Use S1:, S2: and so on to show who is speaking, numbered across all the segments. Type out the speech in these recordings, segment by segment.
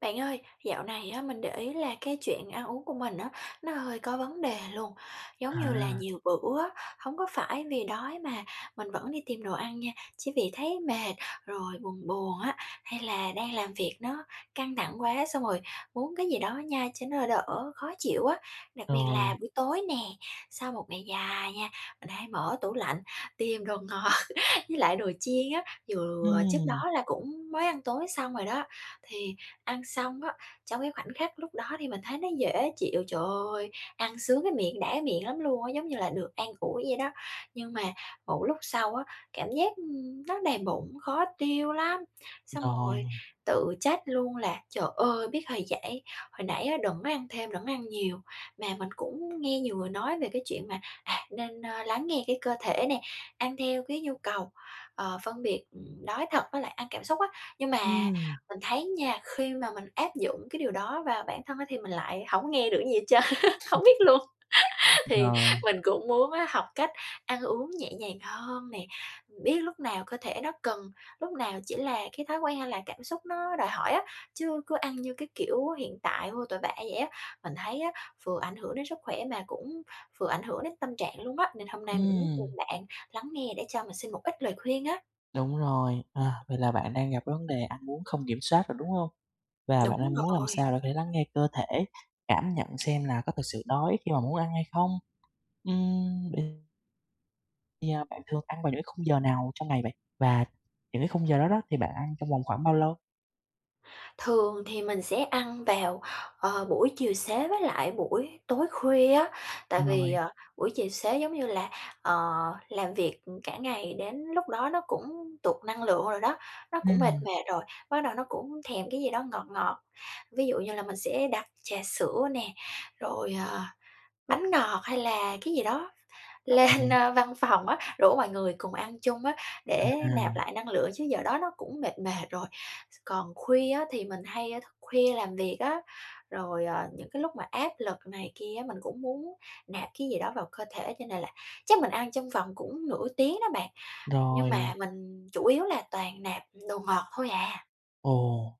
S1: Bạn ơi, dạo này á, mình để ý là cái chuyện ăn uống của mình á, nó hơi có vấn đề luôn. Giống
S2: À,
S1: như là nhiều bữa á, hổng có phải vì đói mà mình vẫn đi tìm đồ ăn nha, chỉ vì thấy mệt, rồi buồn buồn á, hay là đang làm việc nó căng thẳng quá, xong rồi muốn cái gì đó nha cho nó đỡ khó chịu á. Đặc biệt là
S2: rồi.
S1: buổi tối nè, sau một ngày dài nha, mình hay mở tủ lạnh tìm đồ ngọt với lại đồ chiên á, vừa trước đó
S2: Ừm,
S1: là cũng mới ăn tối xong rồi đó, thì ăn xong á, trong cái khoảnh khắc lúc đó thì mình thấy nó dễ chịu, trời ơi, ăn sướng cái miệng, đã miệng lắm luôn á, giống như là được an ủi vậy đó. Nhưng mà một lúc sau á, cảm giác, nó đầy bụng, khó tiêu lắm, xong
S2: rồi.
S1: rồi tự trách luôn là "Trời ơi, biết hồi nãy á, đừng có ăn thêm, đừng có ăn nhiều." Mà mình cũng nghe nhiều người nói về cái chuyện mà, nên, lắng nghe cái cơ thể nè, ăn theo cái nhu cầu phân biệt, đói thật với lại ăn cảm xúc á. Nhưng mà
S2: Ừm,
S1: mình thấy nha, khi mà mình áp dụng cái điều đó vào bản thân á thì mình lại hổng có nghe được cái gì hết trơn hổng biết luôn. Thì
S2: rồi.
S1: mình cũng muốn á học cách ăn uống nhẹ nhàng hơn nè, biết lúc nào cơ thể nó cần, lúc nào chỉ là cái thói quen hay là cảm xúc nó đòi hỏi á, chứ cứ ăn như cái kiểu hiện tại vô tội vạ vậy á. Mình thấy á, vừa ảnh hưởng đến sức khỏe mà cũng vừa ảnh hưởng đến tâm trạng luôn á, nên hôm nay mình muốn tìm
S2: Ừm,
S1: bạn lắng nghe để cho mình xin một ít lời khuyên á.
S2: đúng rồi. À, vậy là bạn đang gặp vấn đề ăn uống không kiểm soát rồi, đúng hông? Và bạn
S1: Đúng
S2: đang muốn làm
S1: rồi,
S2: sao để có thể lắng nghe cơ thể, cảm nhận xem là có thực sự đói khi mà muốn ăn hay không. Vậy thì, bạn thường ăn vào những cái khung giờ nào trong ngày vậy? Và những cái khung giờ đó đó thì bạn ăn trong vòng khoảng bao lâu?
S1: thường thì mình sẽ ăn vào, buổi chiều xế với lại buổi tối khuya á, tại vì,
S2: Rồi.
S1: buổi chiều xế, giống như là, ờ, làm việc, cả ngày đến lúc đó nó cũng tụt năng lượng rồi đó, nó cũng mệt
S2: Ừm.
S1: mệt rồi, bắt đầu nó cũng thèm cái gì đó ngọt ngọt. Ví dụ như là mình sẽ đặt trà sữa nè, rồi, bánh ngọt hay là cái gì đó. Lên,
S2: Rồi.
S1: văn phòng á, rủ mọi người cùng ăn chung á, để
S2: À,
S1: nạp lại năng lượng chứ giờ đó nó cũng mệt mệt rồi. Còn khuya á, thì mình hay thức khuya làm việc á, rồi, những cái lúc mà áp lực này kia á, mình cũng muốn nạp cái gì đó vào cơ thể, cho nên là chắc mình ăn trong vòng cũng nửa tiếng đó bạn, nhưng
S2: rồi.
S1: mà mình chủ yếu là toàn nạp đồ ngọt thôi à.
S2: Ồ,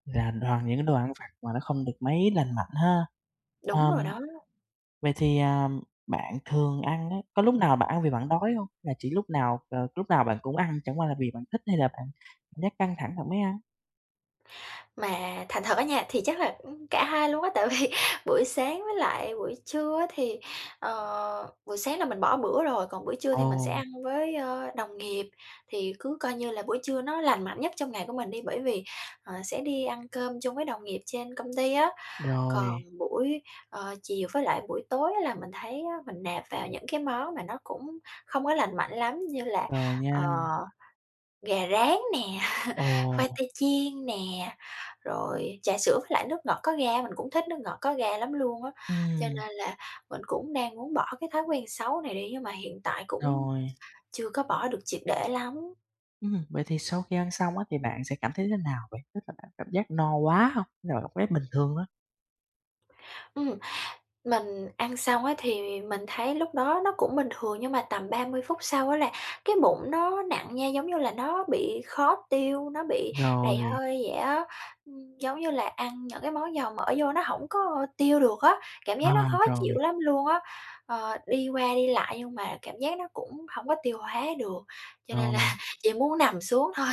S2: là toàn những cái đồ ăn vặt mà nó không được mấy lành mạnh ha.
S1: Đúng
S2: Ờm,
S1: rồi đó.
S2: Vậy thì, bạn thường ăn á, có lúc nào bạn ăn vì bạn đói không? Là chỉ lúc nào bạn cũng ăn chẳng qua là vì bạn thích hay là bạn cảm giác căng thẳng bạn mới ăn?
S1: Mà thành thật á nha, thì chắc là, cả hai luôn á, tại vì buổi sáng với lại buổi trưa á thì, buổi sáng là mình bỏ bữa rồi, còn buổi trưa
S2: Ồ,
S1: thì mình sẽ ăn với, đồng nghiệp, thì cứ coi như là buổi trưa nó lành mạnh nhất trong ngày của mình đi, bởi vì, sẽ đi ăn cơm chung với đồng nghiệp trên công ty á. Còn
S2: rồi,
S1: buổi, chiều với lại buổi tối là mình thấy á, mình nạp vào những cái món mà nó cũng không có lành mạnh lắm, như là,
S2: rồi
S1: ờ,
S2: nha.
S1: gà rán nè,
S2: Ồ.
S1: khoai tây chiên nè. Rồi trà sữa với lại nước ngọt có ga, mình cũng thích nước ngọt có ga lắm luôn á, cho
S2: Ừm.
S1: nên là mình cũng đang muốn bỏ cái thói quen xấu này đi, nhưng mà hiện tại cũng
S2: Rồi.
S1: chưa có bỏ được triệt để lắm.
S2: Ừm. Vậy thì sau khi ăn xong á thì bạn sẽ cảm thấy thế nào vậy? Tức là bạn cảm giác no quá không? Hay là bạn cảm thấy bình thường á?
S1: Ừm, Mình ăn xong á thì mình thấy lúc đó nó cũng bình thường, nhưng mà tầm 30 phút sau á là cái bụng nó nặng nha, giống như là nó bị khó tiêu, nó bị đầy
S2: Rồi.
S1: hơi vậy á. Giống như là ăn những cái món dầu mỡ vô nó hổng có tiêu được á, cảm
S2: À,
S1: giác nó khó chịu
S2: rồi.
S1: lắm luôn á. Đi qua đi lại nhưng mà cảm giác nó cũng hổng có tiêu hóa được, cho nên là
S2: Rồi.
S1: chỉ muốn nằm xuống thôi,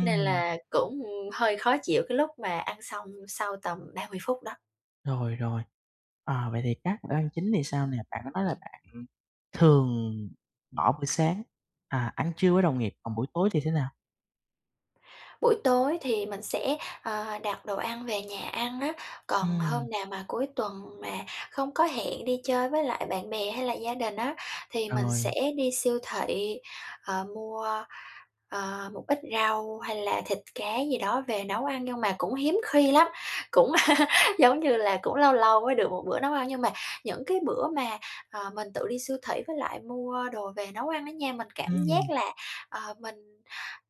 S1: nên là cũng hơi khó chịu cái lúc mà ăn xong sau tầm 30 phút đó.
S2: Rồi. Rồi. Ờ, vậy thì các bữa ăn chính thì sao nè? Bạn có nói là bạn thường bỏ buổi sáng, à, ăn trưa với đồng nghiệp, còn buổi tối thì thế nào?
S1: Buổi tối thì mình sẽ, đặt đồ ăn về nhà ăn á, còn
S2: Ừm.
S1: hôm nào mà cuối tuần mà không có hẹn đi chơi với lại bạn bè hay là gia đình á, thì mình sẽ
S2: Rồi.
S1: đi siêu thị, mua, một ít rau hay là thịt cá gì đó về nấu ăn, nhưng mà cũng hiếm khi lắm, cũng giống như là cũng lâu lâu mới được một bữa nấu ăn. Nhưng mà những cái bữa mà, mình tự đi siêu thị với lại mua đồ về nấu ăn á nha, mình cảm
S2: Ừm.
S1: giác là, mình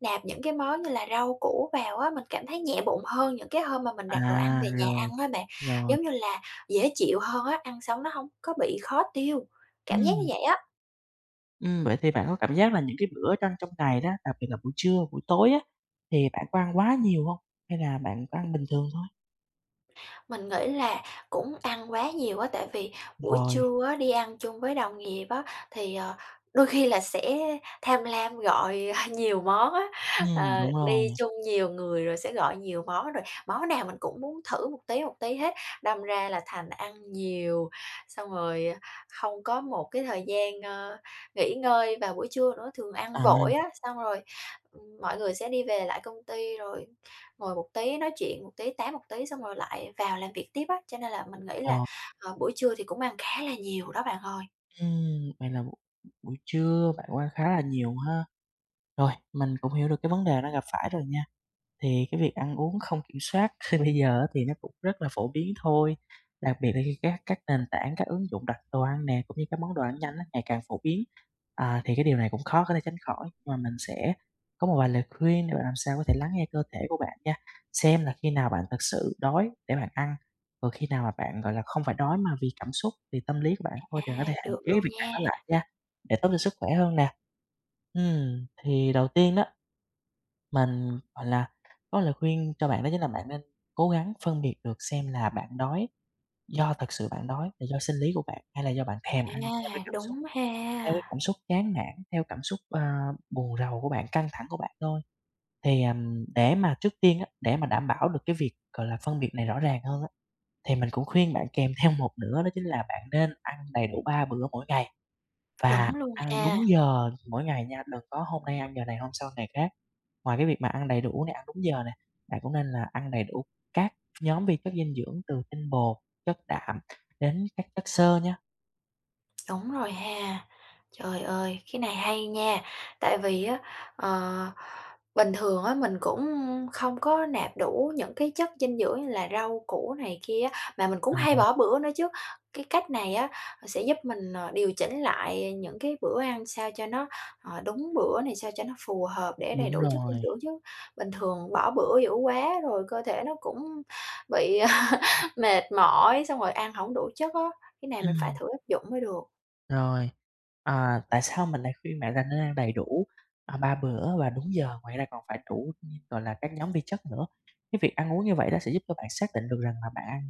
S1: nạp những cái món như là rau củ vào á, mình cảm thấy nhẹ bụng hơn những cái hôm mà mình đặt đồ ăn
S2: À.
S1: về nhà
S2: Rồi.
S1: ăn á bạn.
S2: Rồi.
S1: Giống như là dễ chịu hơn á, ăn xong nó hông có bị khó tiêu, cảm giác như
S2: Ừm.
S1: vậy á.
S2: Vậy thì bạn có cảm giác là những cái bữa trong trong ngày đó, đặc biệt là buổi trưa, buổi tối á, thì bạn có ăn quá nhiều hông? Hay là bạn có ăn bình thường thôi?
S1: Mình nghĩ là cũng ăn quá nhiều á, tại vì buổi
S2: Rồi.
S1: trưa á, đi ăn chung với đồng nghiệp á, thì, đôi khi là sẽ tham lam gọi nhiều món á.
S2: Ừm,
S1: Ờ,
S2: đúng
S1: đi
S2: rồi.
S1: chung nhiều người rồi sẽ gọi nhiều món, rồi món nào mình cũng muốn thử một tí hết, đâm ra là thành ăn nhiều, xong rồi, không có một cái thời gian, nghỉ ngơi vào buổi trưa nữa, thường ăn
S2: À.
S1: vội á, xong rồi, mọi người sẽ đi về lại công ty rồi ngồi một tí nói chuyện một tí, tám một tí xong rồi lại vào làm việc tiếp á, cho nên là mình nghĩ là,
S2: Rồi.
S1: buổi trưa thì cũng ăn khá là nhiều đó bạn ơi.
S2: Vậy là buổi buổi trưa bạn cũng khá là nhiều ha. Rồi, mình cũng hiểu được cái vấn đề đang gặp phải rồi nha. Thì cái việc ăn uống không kiểm soát bây giờ á thì nó cũng rất là phổ biến thôi, đặc biệt là khi các nền tảng, các ứng dụng đặt đồ ăn nè, cũng như các món đồ ăn nhanh á, ngày càng phổ biến. À, thì cái điều này cũng khó có thể tránh khỏi, nhưng mà mình sẽ có một vài lời khuyên để bạn làm sao có thể lắng nghe cơ thể của bạn nha, xem là khi nào bạn thực sự đói để bạn ăn, còn khi nào mà bạn, gọi là, không phải đói mà vì cảm xúc, vì tâm lý của bạn thôi thì bạn có thể
S1: À,
S2: hạn
S1: được
S2: chế
S1: luôn
S2: việc ăn
S1: nha,
S2: nó lại nha, để tốt cho sức khỏe hơn nè. Thì đầu tiên đó mình, gọi là, có lời khuyên cho bạn đó chính là bạn nên cố gắng phân biệt được xem là bạn đói do thật sự bạn đói, là do sinh lý của bạn hay là do bạn thèm ăn
S1: à, đúng
S2: theo cái
S1: ha,
S2: cảm xúc chán nản, theo cảm xúc, buồn rầu của bạn, căng thẳng của bạn thôi. Thì, để mà trước tiên á, để mà đảm bảo được cái việc, gọi là, phân biệt này rõ ràng hơn á, thì mình cũng khuyên bạn kèm theo một nữa đó chính là bạn nên ăn đầy đủ 3 bữa mỗi ngày. Và
S1: đúng luôn
S2: ăn đúng
S1: ha,
S2: giờ mỗi ngày nha, đừng có hôm nay ăn giờ này, hôm sau ngày khác. Ngoài cái việc mà ăn đầy đủ nè, ăn đúng giờ nè, bạn cũng nên là ăn đầy đủ các nhóm vi chất dinh dưỡng từ tinh bột, chất đạm đến các chất xơ nhá.
S1: đúng rồi ha. Trời ơi, cái này hay nha, tại vì á, ờ, bình thường á mình cũng không có nạp đủ những cái chất dinh dưỡng như là rau củ này kia á, mà mình cũng
S2: Ờ,
S1: hay bỏ bữa nữa chứ. Cái cách này á sẽ giúp mình, điều chỉnh lại những cái bữa ăn sao cho nó, đúng bữa này, sao cho nó phù hợp để đầy
S2: đúng
S1: đủ chất dinh
S2: rồi.
S1: dưỡng, chứ bình thường bỏ bữa dữ quá rồi cơ thể nó cũng bị mệt mỏi, xong rồi ăn không đủ chất á, cái này mình phải
S2: Ừm.
S1: thử áp dụng mới được.
S2: Rồi, tại sao mình lại khuyên bạn là nên ăn đầy đủ, 3 bữa và đúng giờ, ngoài ra còn phải đủ, gọi là, các nhóm vi chất nữa. Cái việc ăn uống như vậy đó sẽ giúp cho bạn xác định được rằng là bạn ăn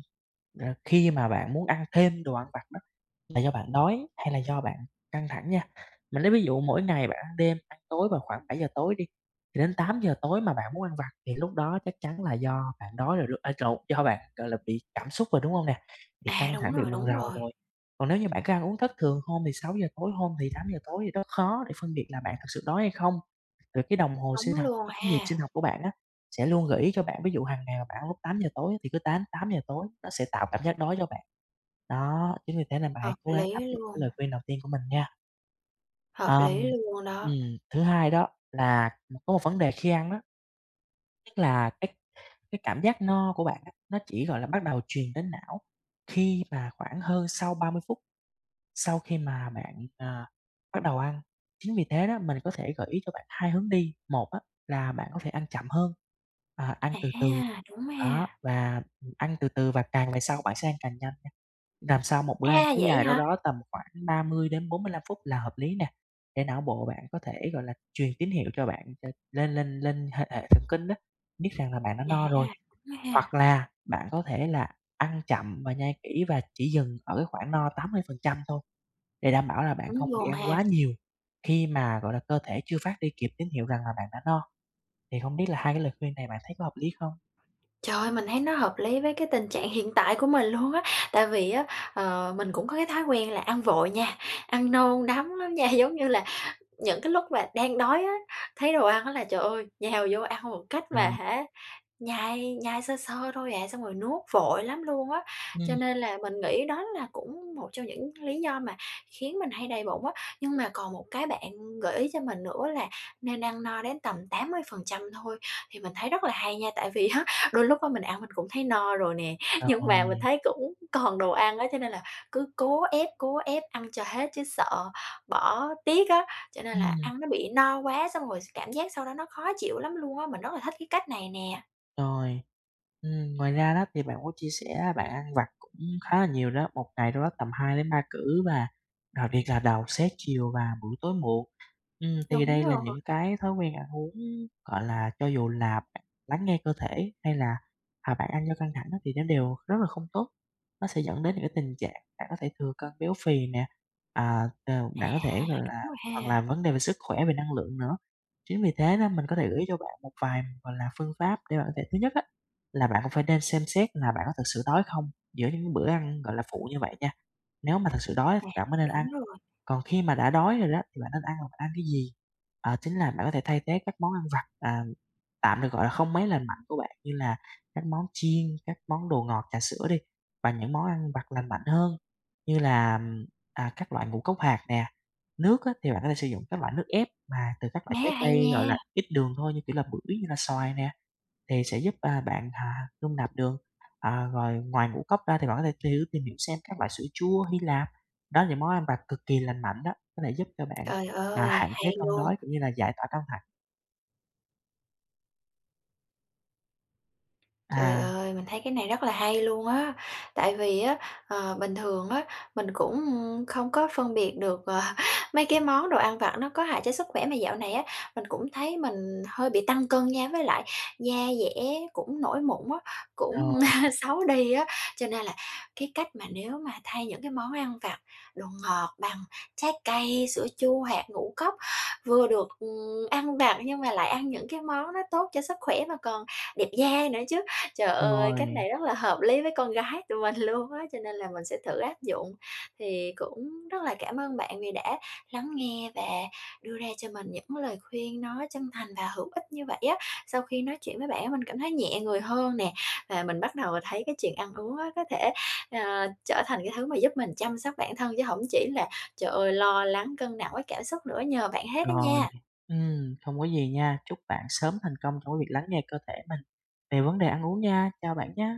S2: khi mà bạn muốn ăn thêm đồ ăn vặt đó là do bạn đói hay là do bạn căng thẳng nha. Mình lấy ví dụ mỗi ngày bạn ăn đêm, ăn tối vào khoảng 7 giờ tối đi, thì đến 8 giờ tối mà bạn muốn ăn vặt thì lúc đó chắc chắn là do bạn đói rồi, à, lộn, do bạn, gọi là, bị cảm xúc rồi, đúng không nè? Bị căng
S1: À, đúng
S2: thẳng, bị
S1: rồi,
S2: buồn
S1: đúng
S2: rầu
S1: rồi.
S2: rồi. Còn nếu như bạn cứ ăn uống thất thường, hôm thì 6 giờ tối, hôm thì 8 giờ tối thì rất khó để phân biệt là bạn thực sự đói hay không. Rồi cái đồng hồ sinh
S1: Đúng
S2: học,
S1: luôn
S2: cái nhịp sinh
S1: ha,
S2: học của bạn á, sẽ luôn gợi ý cho bạn, ví dụ hàng ngày mà bạn ăn lúc 8 giờ tối thì cứ tám tám giờ tối nó sẽ tạo cảm giác đói cho bạn. Đó, chính vì thế nên bạn hãy
S1: hợp
S2: cố gắng áp
S1: lý
S2: dụng cái
S1: luôn,
S2: lời khuyên đầu tiên của mình nha.
S1: hợp lý
S2: Ờm,
S1: luôn đó.
S2: ừm, Thứ hai đó là có một vấn đề khi ăn đó, tức là cái cảm giác no của bạn á, nó chỉ, gọi là, bắt đầu truyền đến não khi mà khoảng hơn sau 30 phút sau khi mà bạn, bắt đầu ăn, chính vì thế đó, mình có thể gợi ý cho bạn 2 hướng đi. Một á, là bạn có thể ăn chậm hơn, ăn từ từ,
S1: À, đúng
S2: đó,
S1: ha.
S2: và, ăn từ từ và càng về sau bạn sẽ ăn càng nhanh nha. Làm sao một bữa ăn
S1: A,
S2: kéo
S1: vậy
S2: dài đâu
S1: hả?
S2: đó tầm khoảng 30 đến 45 phút là hợp lý nè, để não bộ bạn có thể, gọi là, truyền tín hiệu cho bạn cho lên lên lên hệ hệ thần kinh đó, biết rằng là bạn đã
S1: À,
S2: no rồi.
S1: đúng
S2: Hoặc
S1: ha,
S2: là bạn có thể là ăn chậm và nhai kỹ và chỉ dừng ở cái khoảng no 80% thôi. Để đảm bảo là bạn
S1: đúng
S2: không bị
S1: luôn
S2: ăn quá
S1: ha.
S2: nhiều khi mà, gọi là, cơ thể chưa phát đi kịp tín hiệu rằng là bạn đã no, thì không biết là hai cái lời khuyên này bạn thấy có hợp lý không?
S1: Trời ơi, mình thấy nó hợp lý với cái tình trạng hiện tại của mình luôn á, tại vì á, mình cũng có cái thói quen là ăn vội nha, ăn nôn đắm lắm nha. Giống như là những cái lúc mà đang đói á, thấy đồ ăn á là, trời ơi, nhào vô ăn một cách mà
S2: Rồi.
S1: hả. Nhai nhai sơ sơ thôi à, xong rồi nuốt vội lắm luôn á, cho
S2: Ừm.
S1: nên là mình nghĩ đó là cũng một trong những lý do mà khiến mình hay đầy bụng á. Nhưng mà còn một cái bạn gợi ý cho mình nữa là nên ăn no đến tầm 80% thôi, thì mình thấy rất là hay nha, tại vì á, đôi lúc á mình ăn mình cũng thấy no rồi nè, nhưng mà mình
S2: Rồi.
S1: thấy cũng còn đồ ăn á, cho nên là cứ cố ép ăn cho hết chứ sợ bỏ tiếc á, cho nên là
S2: Ừm.
S1: ăn nó bị no quá xong rồi cảm giác sau đó nó khó chịu lắm luôn á, mình rất là thích cái cách này nè.
S2: Rồi. Ngoài ra đó thì bạn có chia sẻ là bạn ăn vặt cũng khá là nhiều đó, một ngày đâu đó tầm hai đến ba cữ và đặc biệt là đầu, xế, chiều và buổi tối muộn. Thì
S1: Đúng
S2: đây là
S1: rồi.
S2: những cái thói quen ăn uống, gọi là, cho dù là bạn lắng nghe cơ thể hay là, bạn ăn do căng thẳng đó thì nó đều rất là không tốt. Nó sẽ dẫn đến những cái tình trạng bạn có thể thừa cân béo phì nè, bạn
S1: À,
S2: có thể, gọi là,
S1: đúng rồi
S2: hoặc là
S1: ha.
S2: vấn đề về sức khỏe, về năng lượng nữa. Chính vì thế đó mình có thể gợi ý cho bạn một vài, gọi là, phương pháp để bạn có thể thứ nhất á, là bạn cũng phải nên xem xét là bạn có thực sự đói không giữa những bữa ăn, gọi là, phụ như vậy nha. Nếu mà thật sự đói
S1: À,
S2: thì bạn mới nên ăn.
S1: đúng rồi.
S2: Còn khi mà đã đói rồi đó thì bạn nên ăn là bạn ăn cái gì? Chính là bạn có thể thay thế các món ăn vặt, tạm được gọi là không mấy lành mạnh của bạn như là các món chiên, các món đồ ngọt, trà sữa đi, và những món ăn vặt lành mạnh hơn như là, các loại ngũ cốc hạt nè. Nước á, thì bạn có thể sử dụng các loại nước ép mà từ các loại
S1: Nghe
S2: trái
S1: hay
S2: cây,
S1: nha.
S2: gọi là, ít đường thôi như, kiểu là, bưởi, như là xoài nè. Thì sẽ giúp, bạn, dung nạp đường. À, rồi ngoài ngũ cốc ra thì bạn có thể thử tìm hiểu xem các loại sữa chua Hy Lạp, đó là những món ăn vặt cực kỳ lành mạnh đó, có thể giúp cho bạn,
S1: Trời ơi,
S2: hạn chế
S1: hay
S2: cơn
S1: luôn.
S2: đói cũng như là giải tỏa căng thẳng.
S1: Trời
S2: À,
S1: ơi, mình thấy cái này rất là hay luôn á. Tại vì á, bình thường á, mình cũng không có phân biệt được, mấy cái món đồ ăn vặt nó có hại cho sức khỏe, mà dạo này á, mình cũng thấy mình hơi bị tăng cân nha, với lại da dẻ cũng nổi mụn á, cũng
S2: rồi,
S1: xấu đi á. Cho nên là cái cách mà nếu mà thay những cái món ăn vặt, đồ ngọt bằng trái cây, sữa chua, hạt ngũ cốc, vừa được, ăn vặt nhưng mà lại ăn những cái món nó tốt cho sức khỏe mà còn đẹp da nữa chứ. Trời ơi, cách
S2: rồi,
S1: này rất là hợp lý với con gái tụi mình luôn á, cho nên là mình sẽ thử áp dụng. Thì cũng rất là cảm ơn bạn vì đã lắng nghe và đưa ra cho mình những lời khuyên nó chân thành và hữu ích như vậy á. Sau khi nói chuyện với bạn á, mình cảm thấy nhẹ người hơn nè, và mình bắt đầu thấy cái chuyện ăn uống á, có thể, trở thành cái thứ mà giúp mình chăm sóc bản thân chứ không chỉ là, trời ơi, lo lắng cân nặng với cảm xúc nữa, nhờ bạn hết đó
S2: rồi.
S1: nha.
S2: Không có gì nha, chúc bạn sớm thành công trong cái việc lắng nghe cơ thể mình về vấn đề ăn uống nha. Chào bạn nhá.